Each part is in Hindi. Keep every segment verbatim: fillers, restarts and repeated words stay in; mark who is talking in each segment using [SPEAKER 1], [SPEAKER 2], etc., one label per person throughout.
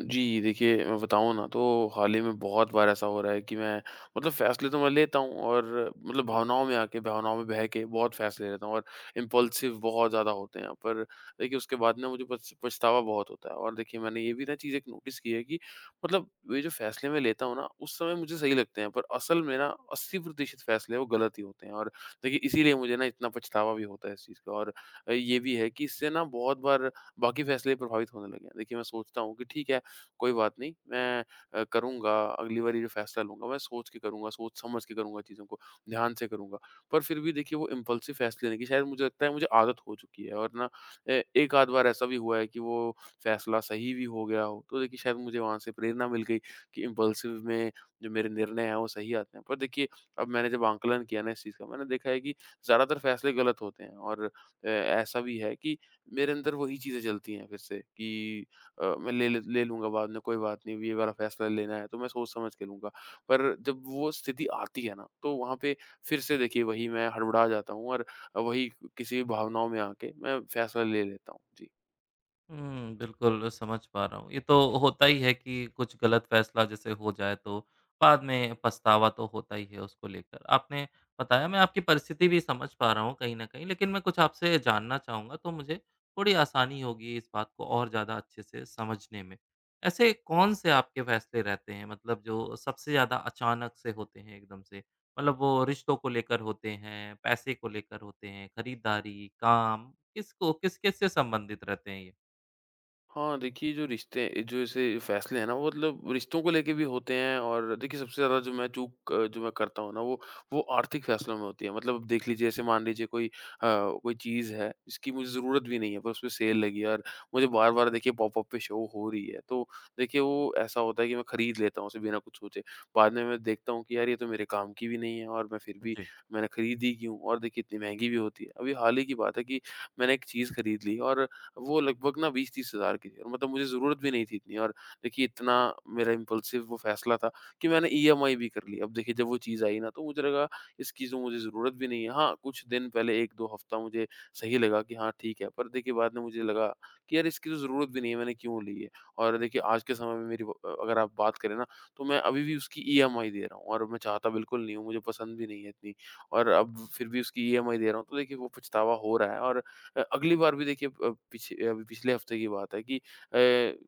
[SPEAKER 1] जी, देखिए, मैं बताऊँ ना तो हाल ही में बहुत बार ऐसा हो रहा है कि मैं मतलब फ़ैसले तो मैं लेता हूँ और मतलब भावनाओं में आके, भावनाओं में बह के बहुत फ़ैसले लेता हूँ और इम्पल्सिव बहुत ज़्यादा होते हैं। पर देखिए उसके बाद ना मुझे पछ पछतावा बहुत होता है और देखिए मैंने ये भी ना चीज़ एक नोटिस की है कि मतलब ये जो फ़ैसले मैं लेता हूँ ना, उस समय मुझे सही लगते हैं पर असल में ना अस्सी प्रतिशत फ़ैसले वो गलत ही होते हैं और देखिए इसीलिए मुझे ना इतना पछतावा भी होता है इस चीज़ का। और ये भी है कि इससे ना बहुत बार बाकी फ़ैसले प्रभावित होने लगे हैं। देखिए, मैं सोचता हूँ कि ठीक है, कोई बात नहीं, मैं अ, करूँगा, अगली बारी जो फ़ैसला लूँगा मैं सोच के करूँगा, सोच समझ के करूँगा चीज़ों को, ध्यान से करूँगा। पर फिर भी देखिए वो इम्पल्सिव फ़ैसले लेने की शायद मुझे लगता है मुझे आदत हो चुकी है और ना ए एक आध बार ऐसा भी हुआ है कि वो फ़ैसला सही भी हो गया हो, तो देखिए शायद मुझे वहाँ से प्रेरणा मिल गई कि इम्पल्सिव में जो मेरे निर्णय हैं वो सही आते हैं। पर देखिए अब मैंने जब आंकलन किया ना इस चीज़ का, मैंने देखा है कि ज़्यादातर फ़ैसले गलत होते हैं और अ, ऐसा भी है कि मेरे अंदर वही चीज़ें चलती हैं फिर से कि अ, मैं ले ले ले लूँगा बाद में, कोई बात नहीं, ये वाला फैसला लेना है तो मैं सोच समझ के लूँगा। पर जब वो स्थिति आती है ना तो वहाँ पे फिर से देखिए वही मैं हड़बड़ा जाता हूँ और वही किसी भावनाओं में आके मैं फैसला ले लेता हूँ। जी।
[SPEAKER 2] हुँ, बिल्कुल समझ पा रहा हूँ। ये तो होता ही है कि कुछ गलत फ़ैसला जैसे हो जाए तो बाद में पछतावा तो होता ही है उसको लेकर। आपने बताया मैं आपकी परिस्थिति भी समझ पा रहा हूँ कहीं न कहीं, लेकिन मैं कुछ आपसे जानना चाहूँगा तो मुझे थोड़ी आसानी होगी इस बात को और ज़्यादा अच्छे से समझने में। ऐसे कौन-से आपके फ़ैसले रहते हैं मतलब जो सबसे ज़्यादा अचानक से होते हैं एकदम से? मतलब वो रिश्तों को लेकर होते हैं, पैसे को लेकर होते हैं, खरीदारी, काम, किसको किस-किस से संबंधित रहते हैं ये?
[SPEAKER 1] हाँ, देखिए जो रिश्ते जो ऐसे फ़ैसले हैं ना वो मतलब रिश्तों को लेके भी होते हैं और देखिए सबसे ज़्यादा जो मैं चूक अ, जो मैं करता हूँ ना वो वो आर्थिक फ़ैसलों में होती है। मतलब अब देख लीजिए जैसे मान लीजिए कोई अ, कोई चीज़ है जिसकी मुझे ज़रूरत भी नहीं है पर उस पे सेल लगी है और मुझे बार-बार देखिए पॉपअप पे शो हो रही है। तो देखिए वो ऐसा होता है कि मैं खरीद लेता हूँ उसे बिना कुछ सोचे। बाद में मैं देखता हूँ कि यार ये तो मेरे काम की भी नहीं है और मैं फिर भी
[SPEAKER 2] जी,
[SPEAKER 1] मैंने खरीदी क्यों? और देखिए इतनी महँगी भी होती है। अभी हाल ही की बात है कि मैंने एक चीज़ खरीद ली और वो लगभग ना बीस तीस हज़ार की थी और मतलब मुझे ज़रूरत भी नहीं थी इतनी और देखिए इतना मेरा इम्पल्सिव वो फ़ैसला था कि मैंने ई एम आई भी कर ली। अब देखिए जब वो चीज़ आई ना तो मुझे लगा इस चीज़ में मुझे ज़रूरत भी नहीं है। हाँ, कुछ दिन पहले एक दो हफ़्ता मुझे सही लगा कि हाँ, ठीक है, पर देखिए बाद में मुझे लगा कि यार इसकी तो ज़रूरत भी नहीं है, मैंने क्यों ली है? और देखिए आज के समय में मेरी ब अ, अगर आप बात करें ना तो मैं अभी भी उसकी ई एम आई दे रहा हूँ और मैं चाहता बिल्कुल नहीं हूँ, मुझे पसंद भी नहीं है इतनी और अब फिर भी उसकी ई एम आई दे रहा हूँ तो देखिए वो पछतावा हो रहा है और अ, अगली बार भी देखिए अ, पीछे अभी पिछले हफ्ते की बात है कि अ,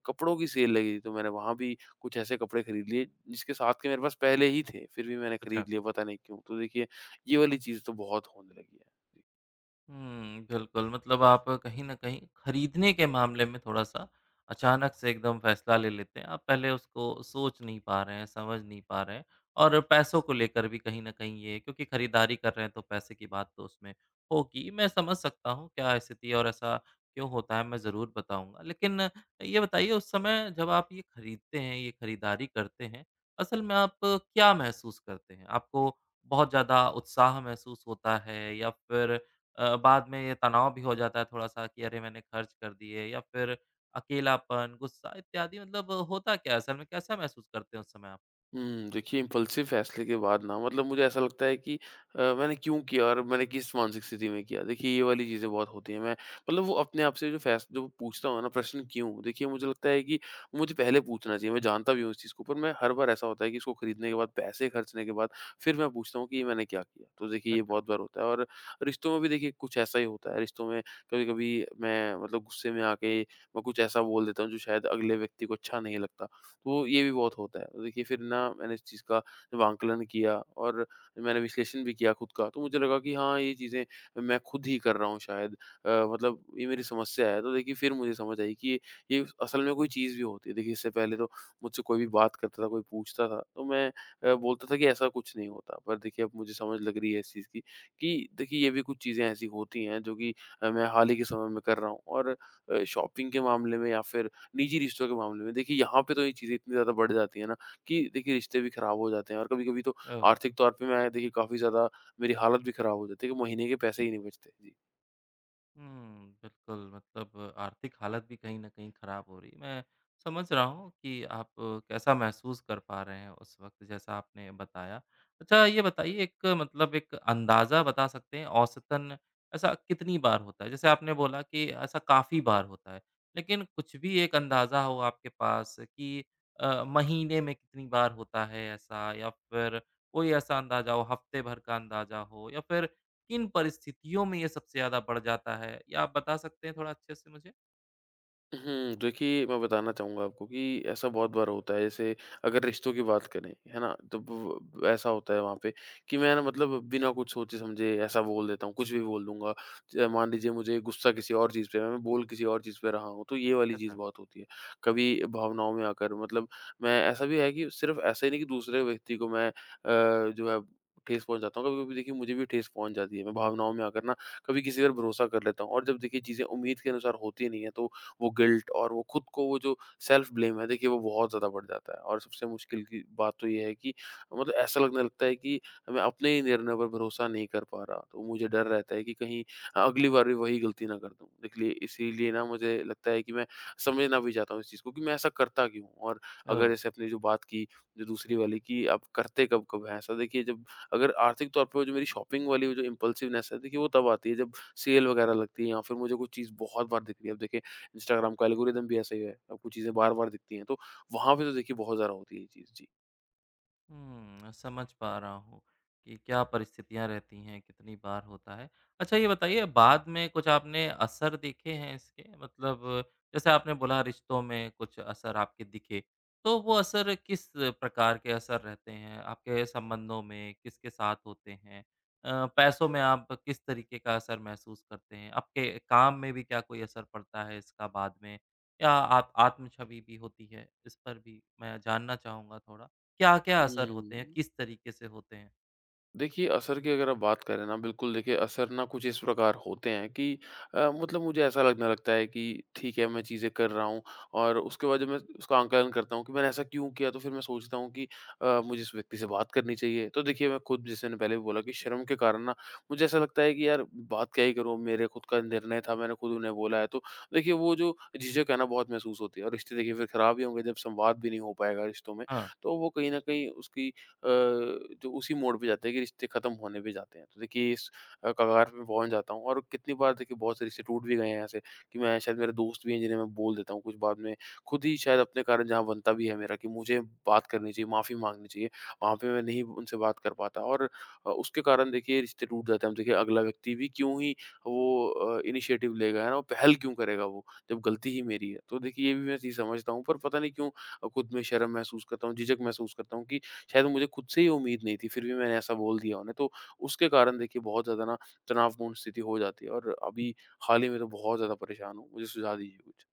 [SPEAKER 1] कपड़ों की सेल लगी थी तो मैंने वहाँ भी कुछ ऐसे कपड़े खरीद लिए जिसके साथ के मेरे पास पहले ही थे, फिर भी मैंने
[SPEAKER 2] अच्छा।
[SPEAKER 1] खरीद लिए पता नहीं क्यों? तो देखिए ये वाली चीज़ तो बहुत होने लगी है। जी।
[SPEAKER 2] हुँ, बिल्कुल। मतलब आप कहीं न कहीं खरीदने के मामले में थोड़ा-सा अचानक से एकदम फैसला ले लेते हैं। आप पहले उसको सोच नहीं पा रहे हैं, समझ नहीं पा रहे हैं और पैसों को लेकर भी कहीं न कहीं ये क्योंकि खरीदारी कर रहे हैं तो पैसे की बात तो उसमें होगी। मैं समझ सकता हूँ क्या स्थिति है और ऐसा क्यों होता है मैं ज़रूर बताऊँगा। लेकिन ये बताइए उस समय जब आप ये खरीदते हैं, ये खरीदारी करते हैं, असल में आप क्या महसूस करते हैं? आपको बहुत ज़्यादा उत्साह महसूस होता है या फिर अ, बाद में ये तनाव भी हो जाता है थोड़ा-सा कि अरे! मैंने खर्च कर दिए या फिर अकेलापन, गुस्सा इत्यादि मतलब होता क्या है असल में? कैसा महसूस करते हैं उस समय आप?
[SPEAKER 1] हुँ, देखिए इम्पल्सिव फैसले के बाद ना मतलब मुझे ऐसा लगता है कि अ, मैंने क्यों किया और मैंने किस मानसिक स्थिति में किया? देखिए ये वाली चीज़ें बहुत होती हैं। मैं मतलब वो अपने आप से जो फैस जो पूछता हूँ ना प्रश्न क्यों? देखिए मुझे लगता है कि मुझे पहले पूछना चाहिए। मैं जानता भी हूँ इस चीज़ को पर मैं हर बार ऐसा होता है कि इसको खरीदने के बाद, पैसे खर्चने के बाद फिर मैं पूछता हूँ कि ये मैंने क्या किया? तो देखिए ये
[SPEAKER 2] अच्छा,
[SPEAKER 1] बहुत बार होता है और रिश्तों में भी देखिए कुछ ऐसा ही होता है। रिश्तों में कभी-कभी मैं मतलब गुस्से में आके मैं कुछ ऐसा बोल देता हूँ जो शायद अगले व्यक्ति को अच्छा नहीं लगता। तो ये भी बहुत होता है। तो देखिए फिर ना मैंने इस चीज़ का जब आंकलन किया और मैंने विश्लेषण भी किया खुद का, तो मुझे लगा कि हाँ, ये चीज़ें मैं खुद ही कर रहा हूँ शायद अ, मतलब ये मेरी समस्या है। तो देखिए फिर मुझे समझ आई कि ये ये असल में कोई चीज़ भी होती है। देखिए इससे पहले तो मुझसे कोई भी बात करता था, कोई पूछता था, तो मैं अ, बोलता था कि ऐसा कुछ नहीं होता। पर देखिए अब मुझे समझ लग रही है इस चीज़ की कि देखिए ये भी कुछ चीज़ें ऐसी होती हैं जो कि अ, मैं हाल ही के समय में कर रहा हूँ और अ, शॉपिंग के मामले में या फिर निजी रिश्तों के मामले में। देखिए यहाँ पे तो ये चीज़ें इतनी ज़्यादा बढ़ जाती है ना कि देखिए रिश्ते भी खराब हो जाते हैं और कभी-कभी तो
[SPEAKER 2] ओह!
[SPEAKER 1] आर्थिक तौर पे मैं देखिए काफ़ी ज़्यादा मेरी हालत भी खराब हो जाती है कि महीने के पैसे ही नहीं बचते। जी।
[SPEAKER 2] हुँ, बिल्कुल मतलब आर्थिक हालत भी कहीं न कहीं ख़राब हो रही है। मैं समझ रहा हूँ कि आप कैसा महसूस कर पा रहे हैं उस वक़्त जैसा आपने बताया। अच्छा ये बताइए एक मतलब एक अंदाज़ा बता सकते हैं औसतन ऐसा कितनी बार होता है? जैसे आपने बोला कि ऐसा काफ़ी बार होता है, लेकिन कुछ भी एक अंदाज़ा हो आपके पास कि अ, महीने में कितनी बार होता है ऐसा या फिर कोई ऐसा अंदाज़ा हो, हफ़्ते भर का अंदाज़ा हो या फिर किन परिस्थितियों में ये सबसे ज़्यादा बढ़ जाता है? या आप बता सकते हैं थोड़ा अच्छे से मुझे?
[SPEAKER 1] हुँ, देखिए, मैं बताना चाहूँगा आपको कि ऐसा बहुत बार होता है, जैसे अगर रिश्तों की बात करें, है ना? तो ब ब- ऐसा होता है वहाँ पे कि मैं ना मतलब बिना कुछ सोचे-समझे ऐसा बोल देता हूँ, कुछ भी बोल दूँगा। ज मान लीजिए मुझे गुस्सा किसी और चीज़ पे है, मैं बोल किसी और चीज़ पे रहा हूँ, तो ये वाली चीज़
[SPEAKER 2] अच्छा।
[SPEAKER 1] बहुत होती है। कभी भावनाओं में आकर मतलब मैं ऐसा भी है कि सिर्फ़ ऐसा ही नहीं कि दूसरे व्यक्ति को मैं अ, जो है ठेस पहुँचाता हूँ, कभी-कभी देखिए मुझे भी ठेस पहुँच जाती है। मैं भावनाओं में आकर ना कभी किसी पर भरोसा कर लेता हूँ और जब देखिए चीज़ें उम्मीद के अनुसार होती नहीं है, तो वो गिल्ट और वो खुद को वो जो सेल्फ ब्लेम है देखिए वो बहुत ज़्यादा बढ़ जाता है और सबसे मुश्किल की बात तो ये है कि मतलब ऐसा लगने लगता है कि मैं अपने ही निर्णय पर भरोसा नहीं कर पा रहा। तो मुझे डर रहता है कि कहीं अगली बार भी वही गलती ना कर दूँ। देखिए इसीलिए ना मुझे लगता है कि मैं समझना भी चाहता हूँ इस चीज़ को कि मैं ऐसा करता क्यों हूँ? और अगर
[SPEAKER 2] अ,
[SPEAKER 1] जैसे आपने जो बात की जो दूसरी वाली कि आप करते कब-कब हैं ऐसा? देखिए जब अगर आर्थिक तौर पे वो जो मेरी शॉपिंग वाली वो जो इम्पल्सिवनेस है देखिए वो तब आती है जब सेल वगैरह लगती है या फिर मुझे कोई चीज़ बहुत बार दिख रही है। अब देखिए इंस्टाग्राम का एल्गोरिदम भी ऐसा ही है, आपको चीज़ें बार-बार दिखती हैं, तो वहाँ पे तो देखिए बहुत ज़्यादा होती है ये चीज़। जी।
[SPEAKER 2] हुँ, समझ पा रहा हूँ कि क्या परिस्थितियाँ रहती हैं, कितनी बार होता है। अच्छा ये बताइए बाद में कुछ आपने असर देखे हैं इसके? मतलब जैसे आपने बोला रिश्तों में कुछ असर आपके दिखे, तो वो असर किस प्रकार के असर रहते हैं? आपके संबंधों में किसके साथ होते हैं? अ, पैसों में आप किस तरीके का असर महसूस करते हैं? आपके काम में भी क्या कोई असर पड़ता है इसका बाद में? या आप आत्म छवि भी होती है? इस पर भी मैं जानना चाहूँगा थोड़ा। क्या-क्या असर होते हैं?
[SPEAKER 1] हुँ।
[SPEAKER 2] किस तरीके से होते हैं?
[SPEAKER 1] देखिए, असर की अगर आप बात करें ना, बिल्कुल देखिए असर ना कुछ इस प्रकार होते हैं कि अ, मतलब मुझे ऐसा लगने लगता है कि ठीक है, मैं चीज़ें कर रहा हूँ और उसके बाद जब मैं उसका आंकलन करता हूँ कि मैंने ऐसा क्यों किया, तो फिर मैं सोचता हूँ कि अ, मुझे इस व्यक्ति से बात करनी चाहिए। तो देखिए, मैं खुद जैसे मैंने पहले भी बोला कि शर्म के कारण ना, मुझे ऐसा लगता है कि यार बात क्या ही करूँ, मेरे खुद का निर्णय था, मैंने खुद उन्हें बोला है। तो देखिए, वो जो झिझक है ना, बहुत महसूस होती है और रिश्ते देखिए फिर खराब ही होंगे जब संवाद भी नहीं हो पाएगा रिश्तों में,
[SPEAKER 2] हाँ।
[SPEAKER 1] तो वो कहीं न कहीं उसकी अ, जो उसी मोड़ पे जाते हैं कि रिश्ते ख़त्म होने पे जाते हैं। तो देखिए इस अ, कगार पे मैं पहुँच जाता हूँ और कितनी बार देखिए बहुत से रिश्ते टूट भी गए हैं ऐसे कि मैं शायद मेरे दोस्त भी हैं जिन्हें मैं बोल देता हूँ कुछ बाद में, खुद ही शायद अपने कारण जहाँ बनता भी है मेरा कि मुझे बात करनी चाहिए, माफ़ी माँगनी चाहिए, वहाँ पे मैं नहीं उनसे बात कर पाता और अ, उसके कारण देखिए रिश्ते टूट जाते हैं। अब देखिए अगला व्यक्ति भी क्यों ही वो अ, इनिशिएटिव लेगा, है ना? वो पहल क्यों करेगा वो, जब गलती ही मेरी है। तो देखिए ये भी मैं चीज़ समझता हूँ पर पता नहीं क्यों अ, खुद में शर्म महसूस करता हूँ, झिझक महसूस करता हूँ कि शायद मुझे खुद से ही उम्मीद नहीं थी, फिर भी मैंने ऐसा बोल दिया उन्हें, तो उसके कारण देखिए बहुत ज़्यादा ना तनावपूर्ण स्थिति हो जाती है और अभी हाल ही में तो बहुत ज़्यादा परेशान हूँ। मुझे सुझाव दीजिए कुछ?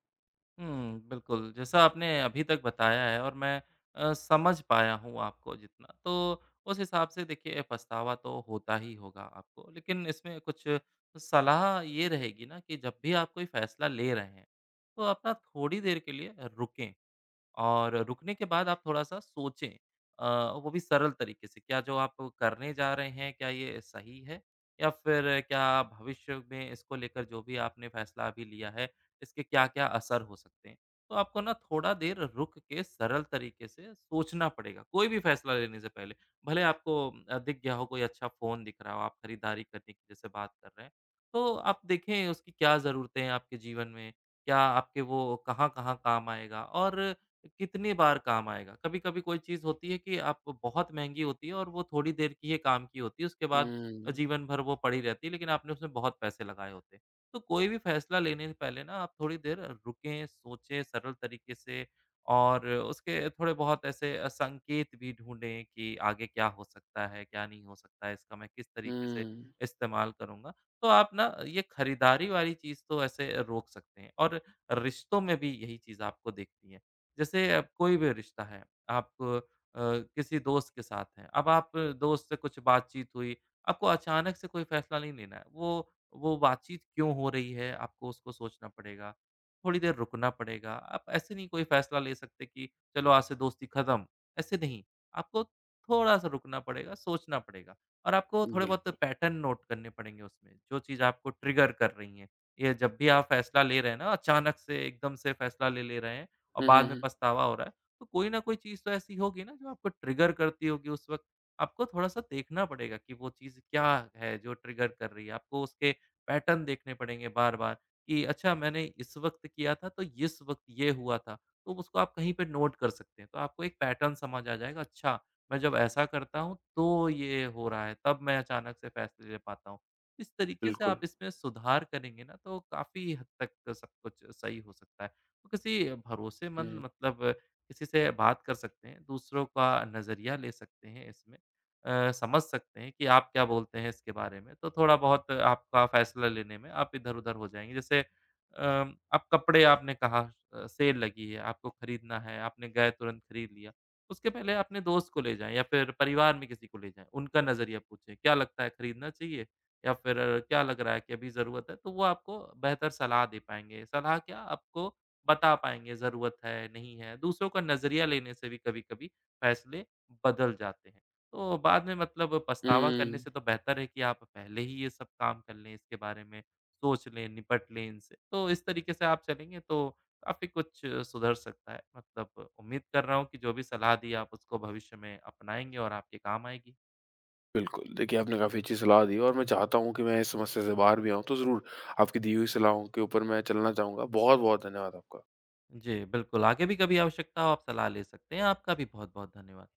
[SPEAKER 2] हुँ, बिल्कुल, जैसा आपने अभी तक बताया है और मैं अ, समझ पाया हूँ आपको जितना, तो उस हिसाब से देखिए पछतावा तो होता ही होगा आपको। लेकिन इसमें कुछ सलाह ये रहेगी ना कि जब भी आप कोई फैसला ले रहे हैं, तो आप ना थोड़ी देर के लिए रुकें। और रुकने के बाद आप थोड़ा-सा सोचें अ, वो भी सरल तरीके से, क्या जो आप करने जा रहे हैं, क्या ये सही है? या फिर क्या भविष्य में इसको लेकर जो भी आपने फैसला अभी लिया है, इसके क्या-क्या असर हो सकते हैं? तो आपको ना थोड़ा देर रुक के सरल तरीके से सोचना पड़ेगा, कोई भी फैसला लेने से पहले। भले आपको अ, दिख गया हो कोई अच्छा फ़ोन दिख रहा हो, आप खरीदारी करने की जैसे बात कर रहे हैं, तो आप देखें उसकी क्या ज़रूरतें हैं आपके जीवन में? क्या आपके वो कहाँ-कहाँ काम आएगा? और कितनी बार काम आएगा? कभी-कभी कोई चीज़ होती है कि आप बहुत महँगी होती है और वो थोड़ी देर की ही काम की होती है, उसके बाद अ,
[SPEAKER 1] हुँ,
[SPEAKER 2] जीवन भर वो पड़ी रहती है, लेकिन आपने उसमें बहुत पैसे लगाए होते हैं। तो कोई भी फैसला लेने से पहले ना आप थोड़ी देर रुकें, सोचें सरल तरीके से और उसके थोड़े बहुत ऐसे अ, संकेत भी ढूँढें कि आगे क्या हो सकता है, क्या नहीं हो सकता है, इसका मैं किस
[SPEAKER 1] हुँ,
[SPEAKER 2] तरीके से इस्तेमाल करूँगा। तो आप ना ये खरीदारी वाली चीज़ तो ऐसे रोक सकते हैं और रिश्तों में भी यही चीज़ आपको दिखती है। जैसे अब कोई भी रिश्ता है, आप अ, किसी दोस्त के साथ हैं, अब आप दोस्त से कुछ बातचीत हुई, आपको अचानक से कोई फ़ैसला नहीं लेना है। वो वो बातचीत क्यों हो रही है, आपको उसको सोचना पड़ेगा, थोड़ी देर रुकना पड़ेगा। आप ऐसे नहीं कोई फ़ैसला ले सकते कि चलो आज से दोस्ती खत्म, ऐसे नहीं। आपको थोड़ा-सा रुकना पड़ेगा, सोचना पड़ेगा और आपको थोड़े बहुत
[SPEAKER 1] बिल्कुल।
[SPEAKER 2] पैटर्न नोट करने पड़ेंगे उसमें, जो चीज़ आपको ट्रिगर कर रही हैं। ये जब भी आप फ़ैसला ले रहे हैं ना, अचानक से एकदम से फ़ैसला ले ले रहे हैं और
[SPEAKER 1] हुँ, हुँ,
[SPEAKER 2] बाद में
[SPEAKER 1] हुँ,
[SPEAKER 2] पछतावा हो रहा है। तो कोई ना कोई चीज़ तो ऐसी होगी ना जो आपको ट्रिगर करती होगी उस वक़्त। आपको थोड़ा-सा देखना पड़ेगा कि वो चीज़ क्या है जो ट्रिगर कर रही है। आपको उसके पैटर्न देखने पड़ेंगे बार-बार कि अच्छा मैंने इस वक़्त किया था तो इस वक़्त ये हुआ था। तो उसको आप कहीं पे नोट कर सकते हैं। तो आपको एक पैटर्न समझ आ जाएगा अच्छा मैं जब ऐसा करता हूँ तो ये हो रहा है, तब मैं अचानक से फ़ैसले ले पाता हूँ। इस तरीके से
[SPEAKER 1] बिल्कुल।
[SPEAKER 2] आप इसमें सुधार करेंगे ना तो काफ़ी हद तक सब कुछ सही हो सकता है। तो किसी भरोसेमंद
[SPEAKER 1] हुँ,
[SPEAKER 2] मतलब किसी से बात कर सकते हैं, दूसरों का नज़रिया ले सकते हैं इसमें। अ, समझ सकते हैं कि आप क्या बोलते हैं इसके बारे में, तो थोड़ा बहुत आपका फ़ैसला लेने में आप इधर-उधर हो जाएँगे। जैसे अम, आप कपड़े आपने कहा अ, सेल लगी है, आपको खरीदना है, आपने गए तुरंत खरीद लिया। उसके पहले अपने दोस्त को ले जाएँ या फिर परिवार में किसी को ले जाएँ, उनका नज़रिया पूछें, क्या लगता है खरीदना चाहिए? या फिर क्या लग रहा है कि अभी ज़रूरत है? तो वो आपको बेहतर सलाह दे पाएँगे। सलाह क्या आपको बता पाएँगे ज़रूरत है, नहीं है। दूसरों का नज़रिया लेने से भी कभी-कभी फैसले बदल जाते हैं। तो बाद में मतलब पछतावा करने
[SPEAKER 1] हुँ,
[SPEAKER 2] से तो बेहतर है कि आप पहले ही ये सब काम कर लें, इसके बारे में सोच लें, निपट लें इनसे। तो इस तरीके से आप चलेंगे तो काफ़ी कुछ सुधर सकता है। मतलब उम्मीद कर रहा हूँ कि जो भी सलाह दी आप उसको भविष्य में अपनाएँगे और आपके काम आएगी।
[SPEAKER 1] बिल्कुल। देखिए, आपने काफ़ी अच्छी सलाह दी और मैं चाहता हूँ कि मैं इस समस्या से बाहर भी आऊँ, तो ज़रूर आपकी दी हुई सलाहों के ऊपर मैं चलना चाहूँगा। बहुत-बहुत धन्यवाद आपका।
[SPEAKER 2] जी, बिल्कुल। आगे भी कभी आवश्यकता हो आप सलाह ले सकते हैं। आपका भी बहुत-बहुत धन्यवाद।